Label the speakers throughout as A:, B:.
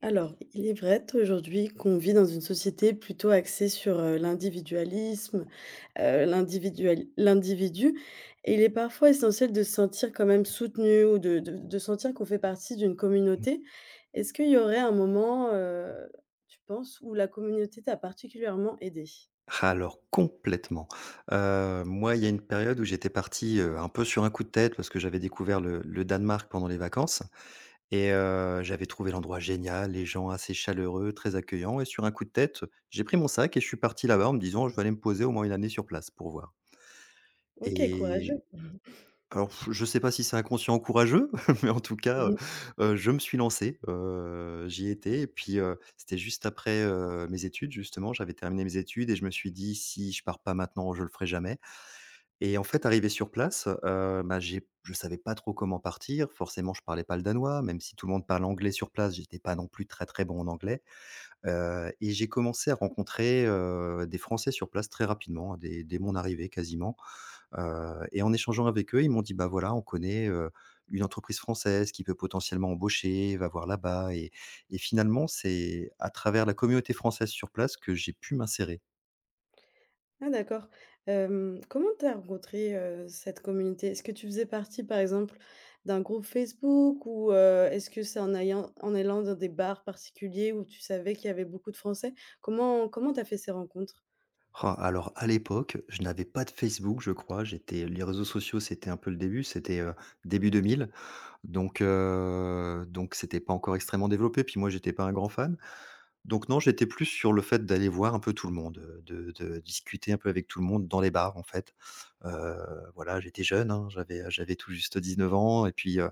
A: Alors, il est vrai aujourd'hui qu'on vit dans une société plutôt axée sur, l'individualisme, l'individu, et il est parfois essentiel de se sentir quand même soutenu ou de sentir qu'on fait partie d'une
B: Mmh.
A: communauté. Est-ce qu'il y aurait un moment, tu penses, où la communauté t'a particulièrement aidé?
B: Alors complètement. Moi, il y a une période où j'étais parti, un peu sur un coup de tête parce que j'avais découvert le Danemark pendant les vacances et j'avais trouvé l'endroit génial, les gens assez chaleureux, très accueillants et sur un coup de tête, j'ai pris mon sac et je suis parti là-bas en me disant: «Je vais aller me poser au moins une année sur place pour voir».
A: OK, courageux.
B: et Alors, je sais pas si c'est inconscient ou courageux, mais en tout cas, je me suis lancé, j'y étais et puis, c'était juste après, mes études justement. J'avais terminé mes études et je me suis dit: «Si je pars pas maintenant, je le ferai jamais». Et en fait, arrivé sur place, bah, j'ai je savais pas trop comment partir. Forcément, je parlais pas le danois, même si tout le monde parle anglais sur place, j'étais pas non plus très, très bon en anglais. Et j'ai commencé à rencontrer, des Français sur place très rapidement, dès mon arrivée quasiment. Et en échangeant avec eux, ils m'ont dit: «Bah, voilà, on connaît, une entreprise française qui peut potentiellement embaucher, va voir là-bas». Et finalement, c'est à travers la communauté française sur place que j'ai pu m'insérer.
A: Ah d'accord. Hem, comment t'as rencontré, cette communauté? Est-ce que tu faisais partie, par exemple, d'un groupe Facebook ou, est-ce que c'est en allant dans des bars particuliers où tu savais qu'il y avait beaucoup de Français? Comment t'as fait ces rencontres?
B: Ah, alors à l'époque, je n'avais pas de Facebook, je crois. J'étais Les réseaux sociaux, c'était un peu le début, c'était, début 2000, donc donc c'était pas encore extrêmement développé. Puis moi, j'étais pas un grand fan. Donc non, j'étais plus sur le fait d'aller voir un peu tout le monde, de discuter un peu avec tout le monde dans les bars, en fait. Heu, voilà, j'étais jeune, hein, j'avais tout juste 19 ans et puis, heu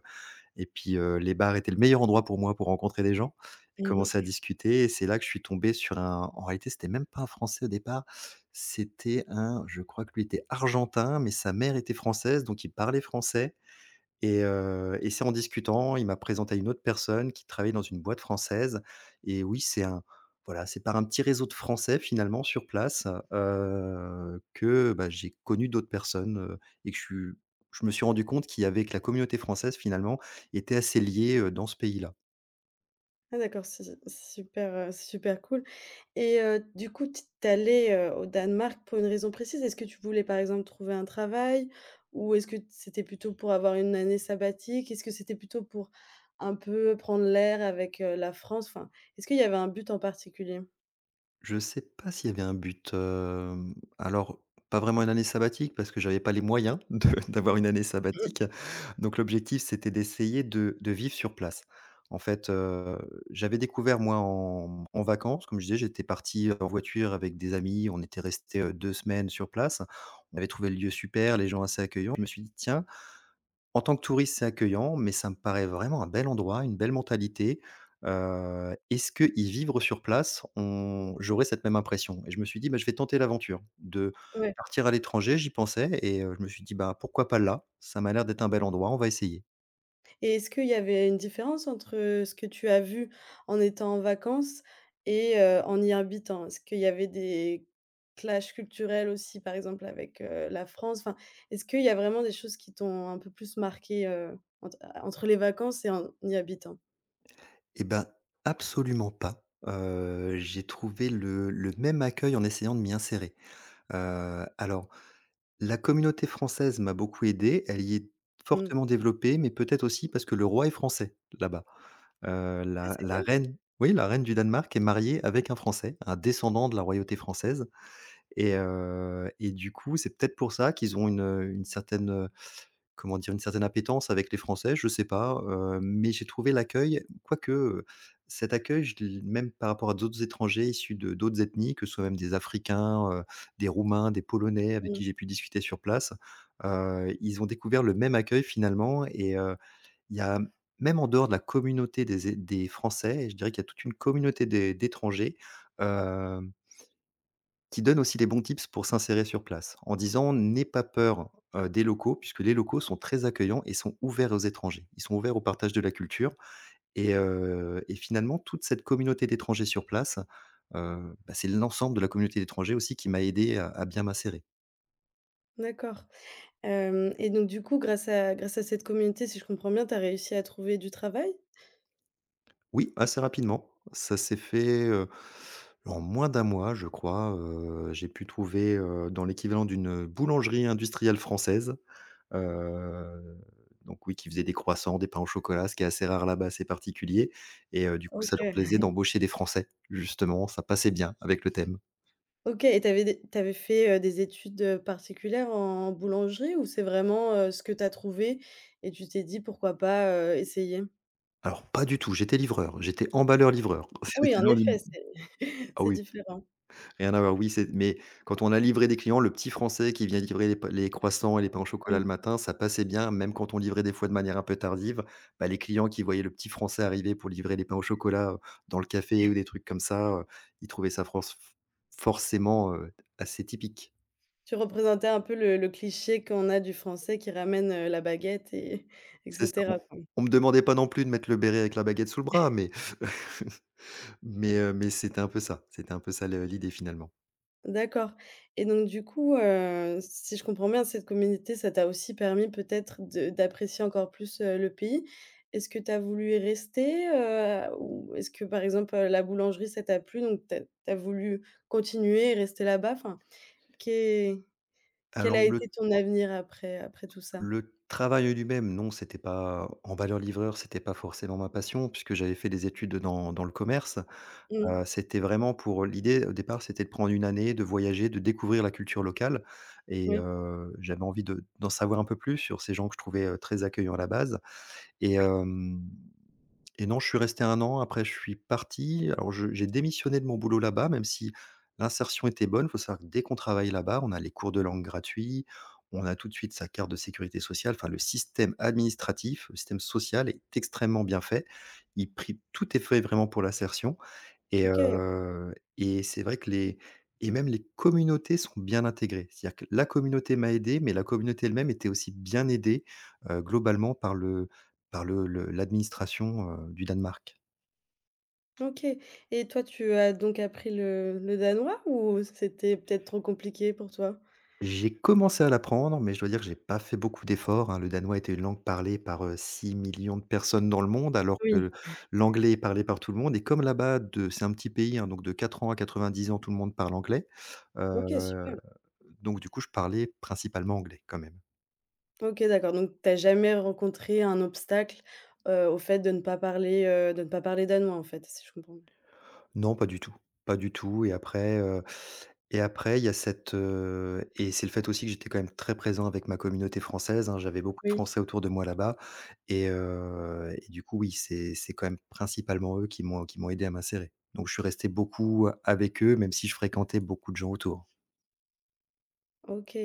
B: et puis, heu, les bars étaient le meilleur endroit pour moi pour rencontrer des gens et commencer à
A: Mmh.
B: discuter. Et c'est là que je suis tombé sur un en réalité, c'était même pas un Français au départ, c'était un je crois que lui était argentin, mais sa mère était française, donc il parlait français. Et c'est en discutant, il m'a présenté à une autre personne qui travaillait dans une boîte française. Et oui, c'est un voilà, c'est par un petit réseau de Français finalement sur place, que, bah, j'ai connu d'autres personnes, et que je me suis rendu compte qu'il y avait que la communauté française finalement était assez liée, dans ce pays-là.
A: Ah d'accord, su super, super cool. Et du coup, t tu es allée au Danemark pour une raison précise? Est-ce que tu voulais, par exemple, trouver un travail? Ou est-ce que c'était plutôt pour avoir une année sabbatique? Est-ce que c'était plutôt pour un peu prendre l'air avec, la France? Enfin, est-ce qu'il y avait un but en particulier?
B: Je sais pas s'il y avait un but, alors pas vraiment une année sabbatique parce que j'avais pas les moyens de d'avoir une année sabbatique. Donc l'objectif, c'était d'essayer de vivre sur place. En fait, j'avais découvert moi en vacances, comme je disais, j'étais parti en voiture avec des amis, on était resté 2 semaines sur place. On avait trouvé le lieu super, les gens assez accueillants. Je me suis dit: «Tiens, en tant que touriste, c'est accueillant, mais ça me paraît vraiment un bel endroit, une belle mentalité. Est-ce que y vivre sur place, on j'aurais cette même impression?». Et je me suis dit «Bah, je vais tenter l'aventure» de
A: Ouais.
B: partir à l'étranger, j'y pensais et je me suis dit: «Bah, pourquoi pas là? Ça m'a l'air d'être un bel endroit, on va essayer».
A: Et est-ce qu'il y avait une différence entre ce que tu as vu en étant en vacances et en y habitant? Est-ce qu'il y avait des clashs culturels aussi, par exemple avec, la France? Enfin, est-ce qu'il y a vraiment des choses qui t'ont un peu plus marqué, ent entre les vacances et en y habitant?
B: Et ben, absolument pas. J'ai trouvé le même accueil en essayant de m'y insérer. Alors, la communauté française m'a beaucoup aidé, elle y est
A: Mmh.
B: fortement développée, mais peut-être aussi parce que le roi est français, là-bas. Heu,
A: Ah,
B: la
A: c'est
B: la
A: vrai?
B: reine oui, la reine du Danemark est mariée avec un Français, un descendant de la royauté française. Et du coup, c'est peut-être pour ça qu'ils ont une, certaine, comment dire, une certaine appétence avec les Français, je sais pas, mais j'ai trouvé l'accueil quoique, cet accueil, je l même par rapport à d'autres étrangers issus de d'autres ethnies, que ce soit même des Africains, des Roumains, des Polonais avec
A: Mmh.
B: qui j'ai pu discuter sur place, ils ont découvert le même accueil finalement. Il y a, même en dehors de la communauté des Français, je dirais qu'il y a toute une communauté des d'étrangers, euh, qui donne aussi des bons tips pour s'insérer sur place, en disant: «N'aie pas peur, des locaux», puisque les locaux sont très accueillants et sont ouverts aux étrangers. Ils sont ouverts au partage de la culture. Et finalement toute cette communauté d'étrangers sur place, bah, c'est l'ensemble de la communauté d'étrangers aussi qui m'a aidé à bien m'insérer.
A: D'accord. Hem, et donc du coup grâce à cette communauté, si je comprends bien, tu as réussi à trouver du travail?
B: Oui, assez rapidement. Ça s'est fait, en moins d'un mois, je crois. J'ai pu trouver, dans l'équivalent d'une boulangerie industrielle française. Heu, donc oui, qui faisaient des croissants, des pains au chocolat, ce qui est assez rare là-bas, c'est particulier. Et du coup, ça leur plaisait
A: OK.
B: d'embaucher des Français. Justement, ça passait bien avec le thème.
A: OK, et tu avais fait, des études, particulières en boulangerie, ou c'est vraiment, ce que tu as trouvé et tu t'es dit: «Pourquoi pas, essayer?»
B: Alors pas du tout, j'étais livreur, j'étais emballeur-livreur.
A: Ah
B: C'est
A: oui, en
B: l'équivalent d'une
A: effet, c'est
B: ah
A: c'est
B: oui.
A: différent.
B: Rien à voir, oui, c'est. Mais quand on a livré des clients, le petit français qui vient livrer les croissants et les pains au chocolat le
A: Mmh.
B: matin, ça passait bien, même quand on livrait des fois de manière un peu tardive, bah, les clients qui voyaient le petit français arriver pour livrer les pains au chocolat, dans le café ou des trucs comme ça, ils trouvaient ça franc forcément, assez typique.
A: Tu représentais un peu le cliché qu'on a du français qui ramène, la baguette et
B: C'est ça.
A: cetera.
B: Bon, on me demandait pas non plus de mettre le béret avec la baguette sous le bras, mais mais c'était un peu ça, le l'idée finalement.
A: D'accord. Et donc du coup, si je comprends bien, cette communauté, ça t'a aussi permis peut-être de d'apprécier encore plus, le pays. Est-ce que tu as voulu y rester, ou est-ce que, par exemple, la boulangerie, ça t'a plu, donc tu as voulu continuer et rester là-bas? Enfin, qu'est quel
B: Alors
A: a été
B: le
A: ton avenir après tout ça?
B: Le travail en lui-même, non, c'était pas emballeur livreur, c'était pas forcément ma passion puisque j'avais fait des études dans le commerce.
A: Mmh,
B: C'était vraiment pour l'idée au départ, c'était de prendre une année, de voyager, de découvrir la culture locale. Et
A: oui.
B: j'avais envie de d'en savoir un peu plus sur ces gens que je trouvais, très accueillants à la base. Et hem et non, je suis resté un an, après je suis parti. Alors je j'ai démissionné de mon boulot là-bas, même si l'insertion était bonne. Il faut savoir que dès qu'on travaille là-bas, on a les cours de langue gratuits, on a tout de suite sa carte de sécurité sociale. Enfin, le système administratif, le système social est extrêmement bien fait. Il prie, tout est fait vraiment pour l'insertion. et
A: OK,
B: heu et c'est vrai que les, et même les communautés sont bien intégrées. C'est-à-dire que la communauté m'a aidé, mais la communauté elle-même était aussi bien aidée, globalement par le l'administration, du Danemark.
A: OK, et toi, tu as donc appris le danois, ou c'était peut-être trop compliqué pour toi?
B: J'ai commencé à l'apprendre, mais je dois dire que j'ai pas fait beaucoup d'efforts, hein. Le danois était une langue parlée par, 6 000 de personnes dans le monde, alors que
A: Oui.
B: l'anglais est parlé par tout le monde et comme là-bas de c'est un petit pays, hein, donc de 4 ans à 90 ans, tout le monde parle anglais.
A: OK,
B: Heu,
A: super.
B: donc du coup, je parlais principalement anglais quand même.
A: OK, d'accord, donc t'as jamais rencontré un obstacle, au fait de ne pas parler, danois, en fait, si je comprends bien?
B: Non, pas du tout, pas du tout. Et après, il y a cette, et c'est le fait aussi que j'étais quand même très présent avec ma communauté française, hein. J'avais beaucoup de
A: Oui.
B: Français autour de moi là-bas. Et du coup, oui, c'est quand même principalement eux qui m'ont aidé à m'insérer. Donc je suis resté beaucoup avec eux, même si je fréquentais beaucoup de gens autour.
A: OK.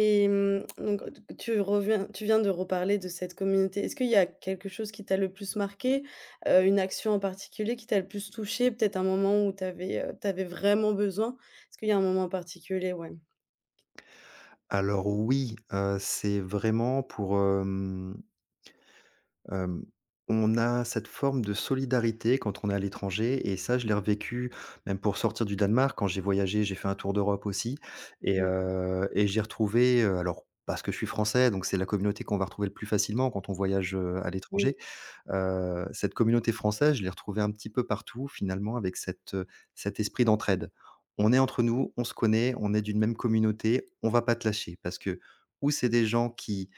A: Et mmh, donc tu viens de reparler de cette communauté. Est-ce qu'il y a quelque chose qui t'a le plus marqué? Une action en particulier qui t'a le plus touché? Peut-être un moment où t'avais avais, vraiment besoin? Est-ce qu'il y a un moment en particulier? Ouais.
B: Alors oui, c'est
A: Mmh.
B: vraiment pour, Hem, on a cette forme de solidarité quand on est à l'étranger et ça, je l'ai revécu même pour sortir du Danemark. Quand j'ai voyagé, j'ai fait un tour d'Europe aussi. et
A: D'accord.
B: heu et j'ai retrouvé, alors parce que je suis français, donc c'est la communauté qu'on va retrouver le plus facilement quand on voyage, à
A: Oui,
B: l'étranger. Cette communauté française, je l'ai retrouvée un petit peu partout finalement avec cet esprit d'entraide. On est entre nous, on se connaît, on est d'une même communauté, on va pas te lâcher parce que ou c'est des gens qui,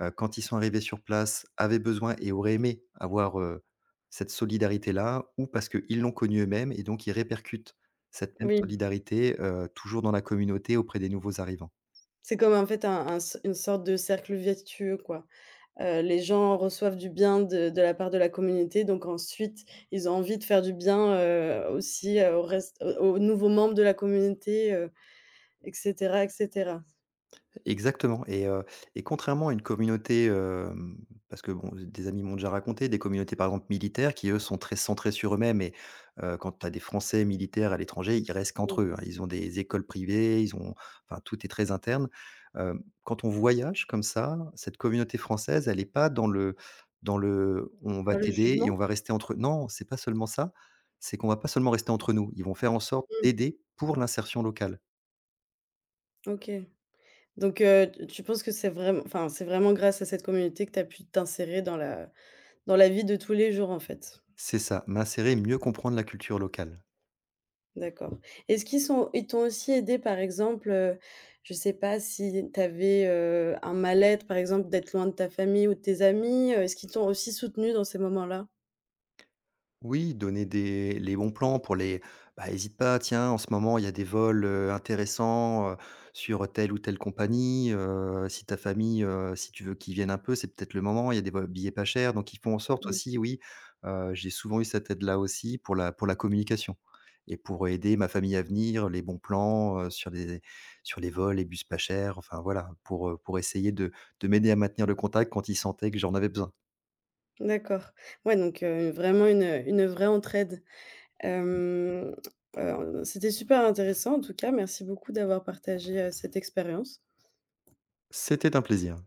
B: quand ils sont arrivés sur place, avaient besoin et auraient aimé avoir, cette solidarité-là, ou parce qu'ils l'ont connue eux-mêmes et donc ils répercutent cette même
A: oui.
B: solidarité, toujours dans la communauté auprès des nouveaux arrivants.
A: C'est comme, en fait, un s une sorte de cercle vertueux, quoi. Les gens reçoivent du bien de la part de la communauté, donc ensuite, ils ont envie de faire du bien, aussi, au reste aux nouveaux membres de la communauté, et cetera, et cetera.
B: Exactement. Et contrairement à une communauté, parce que bon, des amis m'ont déjà raconté, des communautés par exemple militaires qui eux sont très centrés sur eux-mêmes. Et quand tu as des Français militaires à l'étranger, ils restent
A: Mmh.
B: qu'entre eux, hein. Ils ont des écoles privées, ils ont enfin tout est très interne. Quand on voyage comme ça, cette communauté française, elle est pas dans le, on va
A: Dans le
B: t'aider et
A: jugement?
B: on va rester entre non, c'est pas seulement ça, c'est qu'on va pas seulement rester entre nous. Ils vont faire en sorte
A: Mmh,
B: d'aider pour l'insertion locale.
A: OK. Donc t tu penses que c'est vraiment, enfin, c'est vraiment grâce à cette communauté que tu as pu t'insérer dans la vie de tous les jours, en fait?
B: C'est ça, m'insérer, mieux comprendre la culture locale.
A: D'accord. Est-ce qu'ils sont ils t'ont aussi aidé, par exemple, je sais pas si tu avais, un mal-être, par exemple, d'être loin de ta famille ou de tes amis, est-ce qu'ils t'ont aussi soutenu dans ces moments-là?
B: Oui, donner des les bons plans pour les, bah, «Hésite pas, tiens, en ce moment, il y a des vols, intéressants, sur telle ou telle compagnie, si ta famille, si tu veux qu'ils viennent un peu, c'est peut-être le moment, il y a des vols billets pas chers», donc ils font en sorte
A: Mmh.
B: aussi, oui, j'ai souvent eu cette aide-là aussi pour la communication et pour aider ma famille à venir, les bons plans, sur les vols, les bus pas chers, enfin voilà, pour essayer de m'aider à maintenir le contact quand ils sentaient que j'en avais besoin.
A: D'accord. Ouais, donc vraiment une vraie entraide. Hem, c'était super intéressant en tout cas, merci beaucoup d'avoir partagé, cette expérience.
B: C'était un plaisir.